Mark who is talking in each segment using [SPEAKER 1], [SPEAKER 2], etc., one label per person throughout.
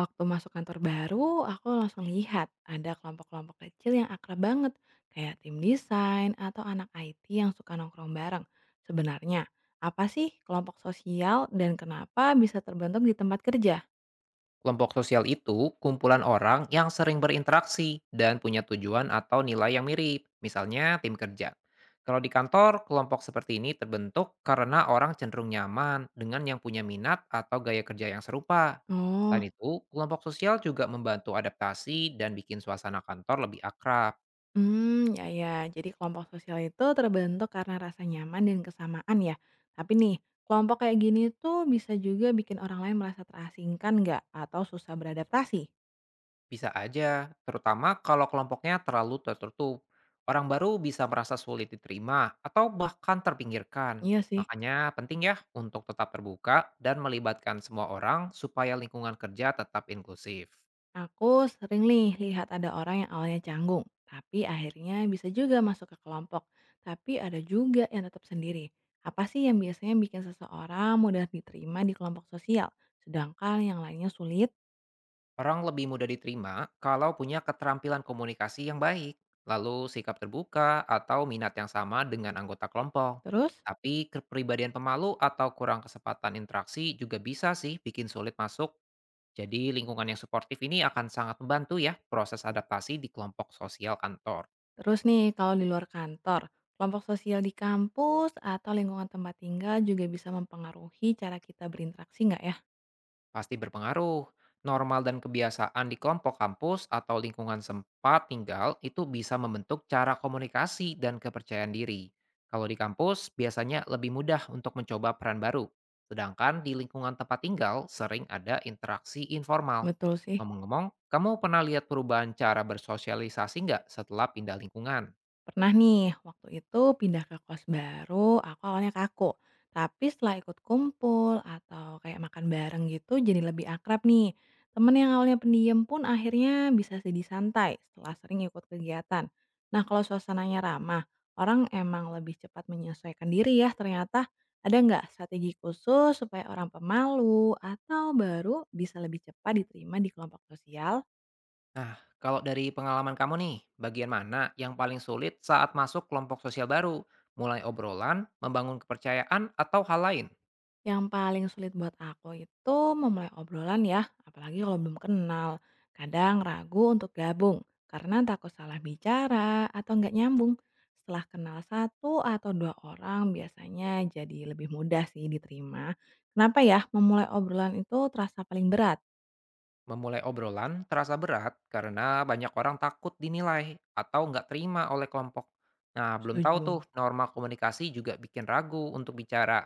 [SPEAKER 1] Waktu masuk kantor baru, aku langsung lihat ada kelompok-kelompok kecil yang akrab banget, kayak tim desain atau anak IT yang suka nongkrong bareng. Sebenarnya, apa sih kelompok sosial dan kenapa bisa terbentuk di tempat kerja?
[SPEAKER 2] Kelompok sosial itu kumpulan orang yang sering berinteraksi dan punya tujuan atau nilai yang mirip, misalnya tim kerja. Kalau di kantor, kelompok seperti ini terbentuk karena orang cenderung nyaman dengan yang punya minat atau gaya kerja yang serupa.
[SPEAKER 1] Oh,
[SPEAKER 2] Selain itu, kelompok sosial juga membantu adaptasi dan bikin suasana kantor lebih akrab.
[SPEAKER 1] ya ya. Jadi kelompok sosial itu terbentuk karena rasa nyaman dan kesamaan ya. Tapi nih, kelompok kayak gini tuh bisa juga bikin orang lain merasa terasingkan nggak atau susah beradaptasi?
[SPEAKER 2] Bisa aja, terutama kalau kelompoknya terlalu tertutup. Orang baru bisa merasa sulit diterima atau bahkan terpinggirkan.
[SPEAKER 1] Iya sih.
[SPEAKER 2] Makanya penting ya untuk tetap terbuka dan melibatkan semua orang supaya lingkungan kerja tetap inklusif.
[SPEAKER 1] Aku sering nih lihat ada orang yang awalnya canggung, tapi akhirnya bisa juga masuk ke kelompok. Tapi ada juga yang tetap sendiri. Apa sih yang biasanya bikin seseorang mudah diterima di kelompok sosial, sedangkan yang lainnya sulit?
[SPEAKER 2] Orang lebih mudah diterima kalau punya keterampilan komunikasi yang baik, lalu sikap terbuka atau minat yang sama dengan anggota kelompok.
[SPEAKER 1] Terus?
[SPEAKER 2] Tapi kepribadian pemalu atau kurang kesempatan interaksi juga bisa sih bikin sulit masuk. Jadi lingkungan yang suportif ini akan sangat membantu ya proses adaptasi di kelompok sosial kantor.
[SPEAKER 1] Terus nih, kalau di luar kantor, kelompok sosial di kampus atau lingkungan tempat tinggal juga bisa mempengaruhi cara kita berinteraksi nggak ya?
[SPEAKER 2] Pasti berpengaruh. Normal dan kebiasaan di kelompok kampus atau lingkungan sempat tinggal itu bisa membentuk cara komunikasi dan kepercayaan diri. Kalau di kampus biasanya lebih mudah untuk mencoba peran baru. Sedangkan di lingkungan tempat tinggal sering ada interaksi informal.
[SPEAKER 1] Betul sih.
[SPEAKER 2] Ngomong-ngomong, kamu pernah lihat perubahan cara bersosialisasi nggak setelah pindah lingkungan?
[SPEAKER 1] Pernah nih, waktu itu pindah ke kos baru, aku awalnya kaku. Tapi setelah ikut kumpul atau kayak makan bareng gitu jadi lebih akrab nih. Temen yang awalnya pendiam pun akhirnya bisa jadi santai setelah sering ikut kegiatan. Nah kalau suasananya ramah, orang emang lebih cepat menyesuaikan diri ya ternyata. Ada nggak strategi khusus supaya orang pemalu atau baru bisa lebih cepat diterima di kelompok sosial?
[SPEAKER 2] Nah, kalau dari pengalaman kamu nih, bagian mana yang paling sulit saat masuk kelompok sosial baru? Mulai obrolan, membangun kepercayaan, atau hal lain?
[SPEAKER 1] Yang paling sulit buat aku itu memulai obrolan ya, apalagi kalau belum kenal. Kadang ragu untuk gabung, karena takut salah bicara atau nggak nyambung. Setelah kenal satu atau dua orang biasanya jadi lebih mudah sih diterima. Kenapa ya memulai obrolan itu terasa paling berat?
[SPEAKER 2] Memulai obrolan terasa berat karena banyak orang takut dinilai atau nggak terima oleh kelompok. Nah, belum tahu
[SPEAKER 1] Setuju.
[SPEAKER 2] tuh norma komunikasi juga bikin ragu untuk bicara.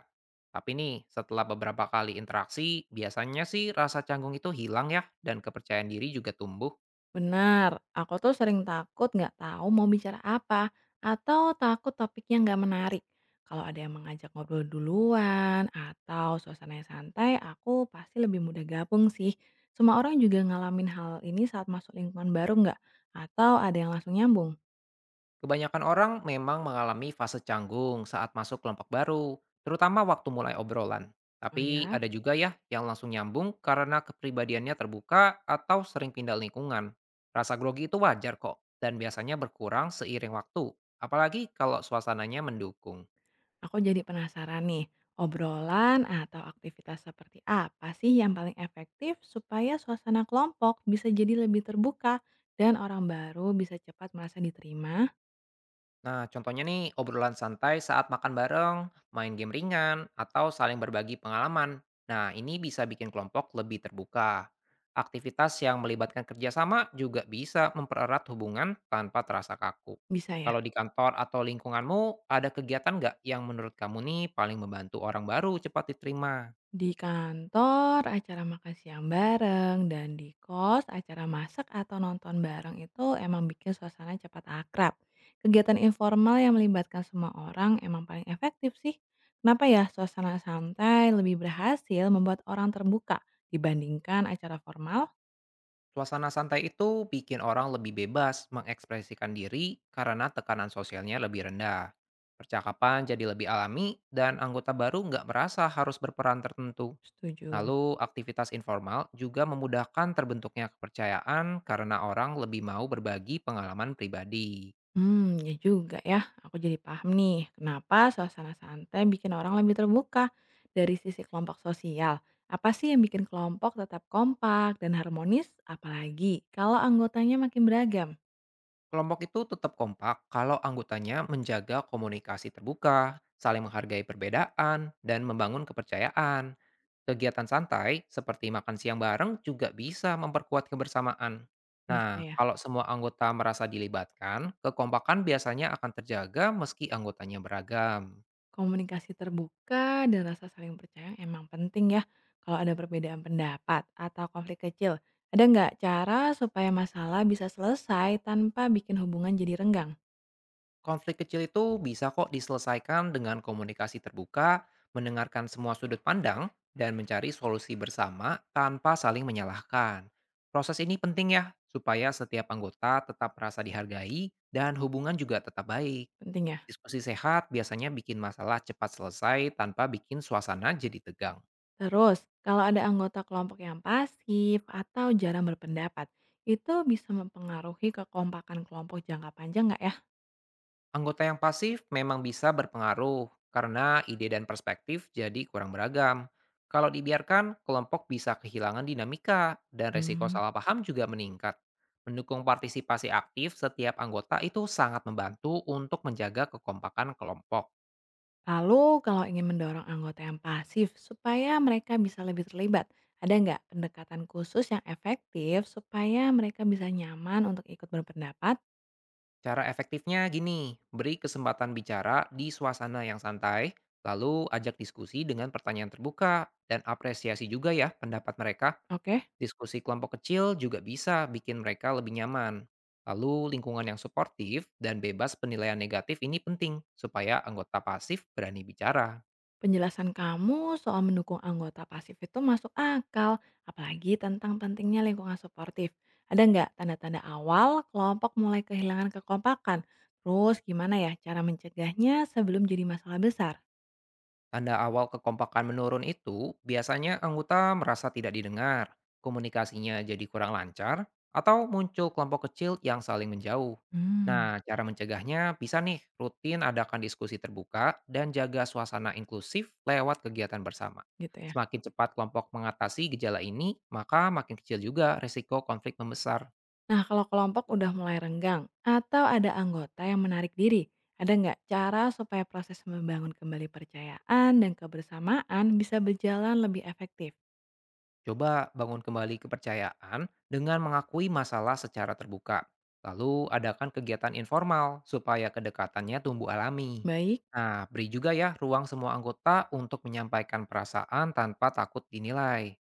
[SPEAKER 2] Tapi nih, setelah beberapa kali interaksi, biasanya sih rasa canggung itu hilang ya, dan kepercayaan diri juga tumbuh.
[SPEAKER 1] Benar, aku tuh sering takut nggak tahu mau bicara apa atau takut topiknya nggak menarik. Kalau ada yang mengajak ngobrol duluan atau suasananya santai, aku pasti lebih mudah gabung sih. Semua orang juga ngalamin hal ini saat masuk lingkungan baru nggak? Atau ada yang langsung nyambung?
[SPEAKER 2] Kebanyakan orang memang mengalami fase canggung saat masuk kelompok baru, terutama waktu mulai obrolan.
[SPEAKER 1] Oh
[SPEAKER 2] Tapi
[SPEAKER 1] ya,
[SPEAKER 2] ada juga ya yang langsung nyambung karena kepribadiannya terbuka atau sering pindah lingkungan. Rasa grogi itu wajar kok, dan biasanya berkurang seiring waktu, apalagi kalau suasananya mendukung.
[SPEAKER 1] aku jadi penasaran nih. Obrolan atau aktivitas seperti apa sih yang paling efektif supaya suasana kelompok bisa jadi lebih terbuka dan orang baru bisa cepat merasa diterima?
[SPEAKER 2] Nah, contohnya nih obrolan santai saat makan bareng, main game ringan, atau saling berbagi pengalaman. Nah, ini bisa bikin kelompok lebih terbuka. Aktivitas yang melibatkan kerjasama juga bisa mempererat hubungan tanpa terasa kaku.
[SPEAKER 1] Bisa ya?
[SPEAKER 2] Kalau di kantor atau lingkunganmu, ada kegiatan nggak yang menurut kamu nih paling membantu orang baru cepat diterima?
[SPEAKER 1] Di kantor acara makan siang bareng dan di kos acara masak atau nonton bareng itu emang bikin suasana cepat akrab. Kegiatan informal yang melibatkan semua orang emang paling efektif sih. Kenapa ya suasana santai lebih berhasil membuat orang terbuka dibandingkan acara formal?
[SPEAKER 2] Suasana santai itu bikin orang lebih bebas mengekspresikan diri karena tekanan sosialnya lebih rendah. Percakapan jadi lebih alami dan anggota baru nggak merasa harus berperan tertentu.
[SPEAKER 1] Setuju.
[SPEAKER 2] Lalu aktivitas informal juga memudahkan terbentuknya kepercayaan karena orang lebih mau berbagi pengalaman pribadi.
[SPEAKER 1] Ya juga ya. Aku jadi paham nih, kenapa suasana santai bikin orang lebih terbuka dari sisi kelompok sosial. Apa sih yang bikin kelompok tetap kompak dan harmonis? Apalagi kalau anggotanya makin beragam.
[SPEAKER 2] Kelompok itu tetap kompak kalau anggotanya menjaga komunikasi terbuka, saling menghargai perbedaan, dan membangun kepercayaan. Kegiatan santai seperti makan siang bareng juga bisa memperkuat kebersamaan.
[SPEAKER 1] Bisa
[SPEAKER 2] Nah,
[SPEAKER 1] ya,
[SPEAKER 2] kalau semua anggota merasa dilibatkan, kekompakan biasanya akan terjaga meski anggotanya beragam.
[SPEAKER 1] komunikasi terbuka dan rasa saling percaya emang penting ya. Kalau ada perbedaan pendapat atau konflik kecil, ada nggak cara supaya masalah bisa selesai tanpa bikin hubungan jadi renggang?
[SPEAKER 2] Konflik kecil itu bisa kok diselesaikan dengan komunikasi terbuka, mendengarkan semua sudut pandang, dan mencari solusi bersama tanpa saling menyalahkan. Proses ini penting ya, supaya setiap anggota tetap merasa dihargai dan hubungan juga tetap baik.
[SPEAKER 1] Penting ya.
[SPEAKER 2] Diskusi sehat biasanya bikin masalah cepat selesai tanpa bikin suasana jadi tegang.
[SPEAKER 1] Terus, kalau ada anggota kelompok yang pasif atau jarang berpendapat, itu bisa mempengaruhi kekompakan kelompok jangka panjang nggak ya?
[SPEAKER 2] Anggota yang pasif memang bisa berpengaruh karena ide dan perspektif jadi kurang beragam. Kalau dibiarkan, kelompok bisa kehilangan dinamika dan resiko
[SPEAKER 1] Hmm.
[SPEAKER 2] salah paham juga meningkat. Mendukung partisipasi aktif setiap anggota itu sangat membantu untuk menjaga kekompakan kelompok.
[SPEAKER 1] Lalu, kalau ingin mendorong anggota yang pasif supaya mereka bisa lebih terlibat, ada nggak pendekatan khusus yang efektif supaya mereka bisa nyaman untuk ikut berpendapat?
[SPEAKER 2] Cara efektifnya gini, beri kesempatan bicara di suasana yang santai, lalu ajak diskusi dengan pertanyaan terbuka, dan apresiasi juga ya pendapat mereka.
[SPEAKER 1] Oke.
[SPEAKER 2] Diskusi kelompok kecil juga bisa bikin mereka lebih nyaman. Lalu lingkungan yang suportif dan bebas penilaian negatif ini penting supaya anggota pasif berani bicara.
[SPEAKER 1] Penjelasan kamu soal mendukung anggota pasif itu masuk akal, apalagi tentang pentingnya lingkungan suportif. Ada nggak tanda-tanda awal kelompok mulai kehilangan kekompakan? Terus gimana ya cara mencegahnya sebelum jadi masalah besar?
[SPEAKER 2] Tanda awal kekompakan menurun itu biasanya anggota merasa tidak didengar, komunikasinya jadi kurang lancar, atau muncul kelompok kecil yang saling menjauh.
[SPEAKER 1] Hmm,
[SPEAKER 2] Nah, cara mencegahnya bisa nih rutin adakan diskusi terbuka dan jaga suasana inklusif lewat kegiatan bersama.
[SPEAKER 1] Gitu ya.
[SPEAKER 2] Semakin cepat kelompok mengatasi gejala ini, maka makin kecil juga resiko konflik membesar.
[SPEAKER 1] Nah kalau kelompok udah mulai renggang atau ada anggota yang menarik diri, ada nggak cara supaya proses membangun kembali percayaan dan kebersamaan bisa berjalan lebih efektif?
[SPEAKER 2] Coba bangun kembali kepercayaan dengan mengakui masalah secara terbuka. Lalu adakan kegiatan informal supaya kedekatannya tumbuh alami.
[SPEAKER 1] Baik.
[SPEAKER 2] Nah, beri juga ya ruang semua anggota untuk menyampaikan perasaan tanpa takut dinilai.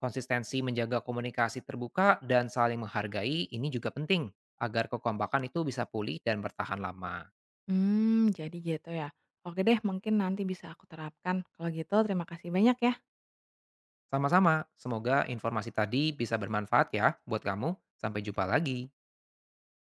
[SPEAKER 2] Konsistensi menjaga komunikasi terbuka dan saling menghargai ini juga penting agar kekompakan itu bisa pulih dan bertahan lama.
[SPEAKER 1] Jadi gitu ya. Oke deh, mungkin nanti bisa aku terapkan. Kalau gitu terima kasih banyak ya
[SPEAKER 2] Sama-sama, semoga informasi tadi bisa bermanfaat ya buat kamu. Sampai jumpa lagi.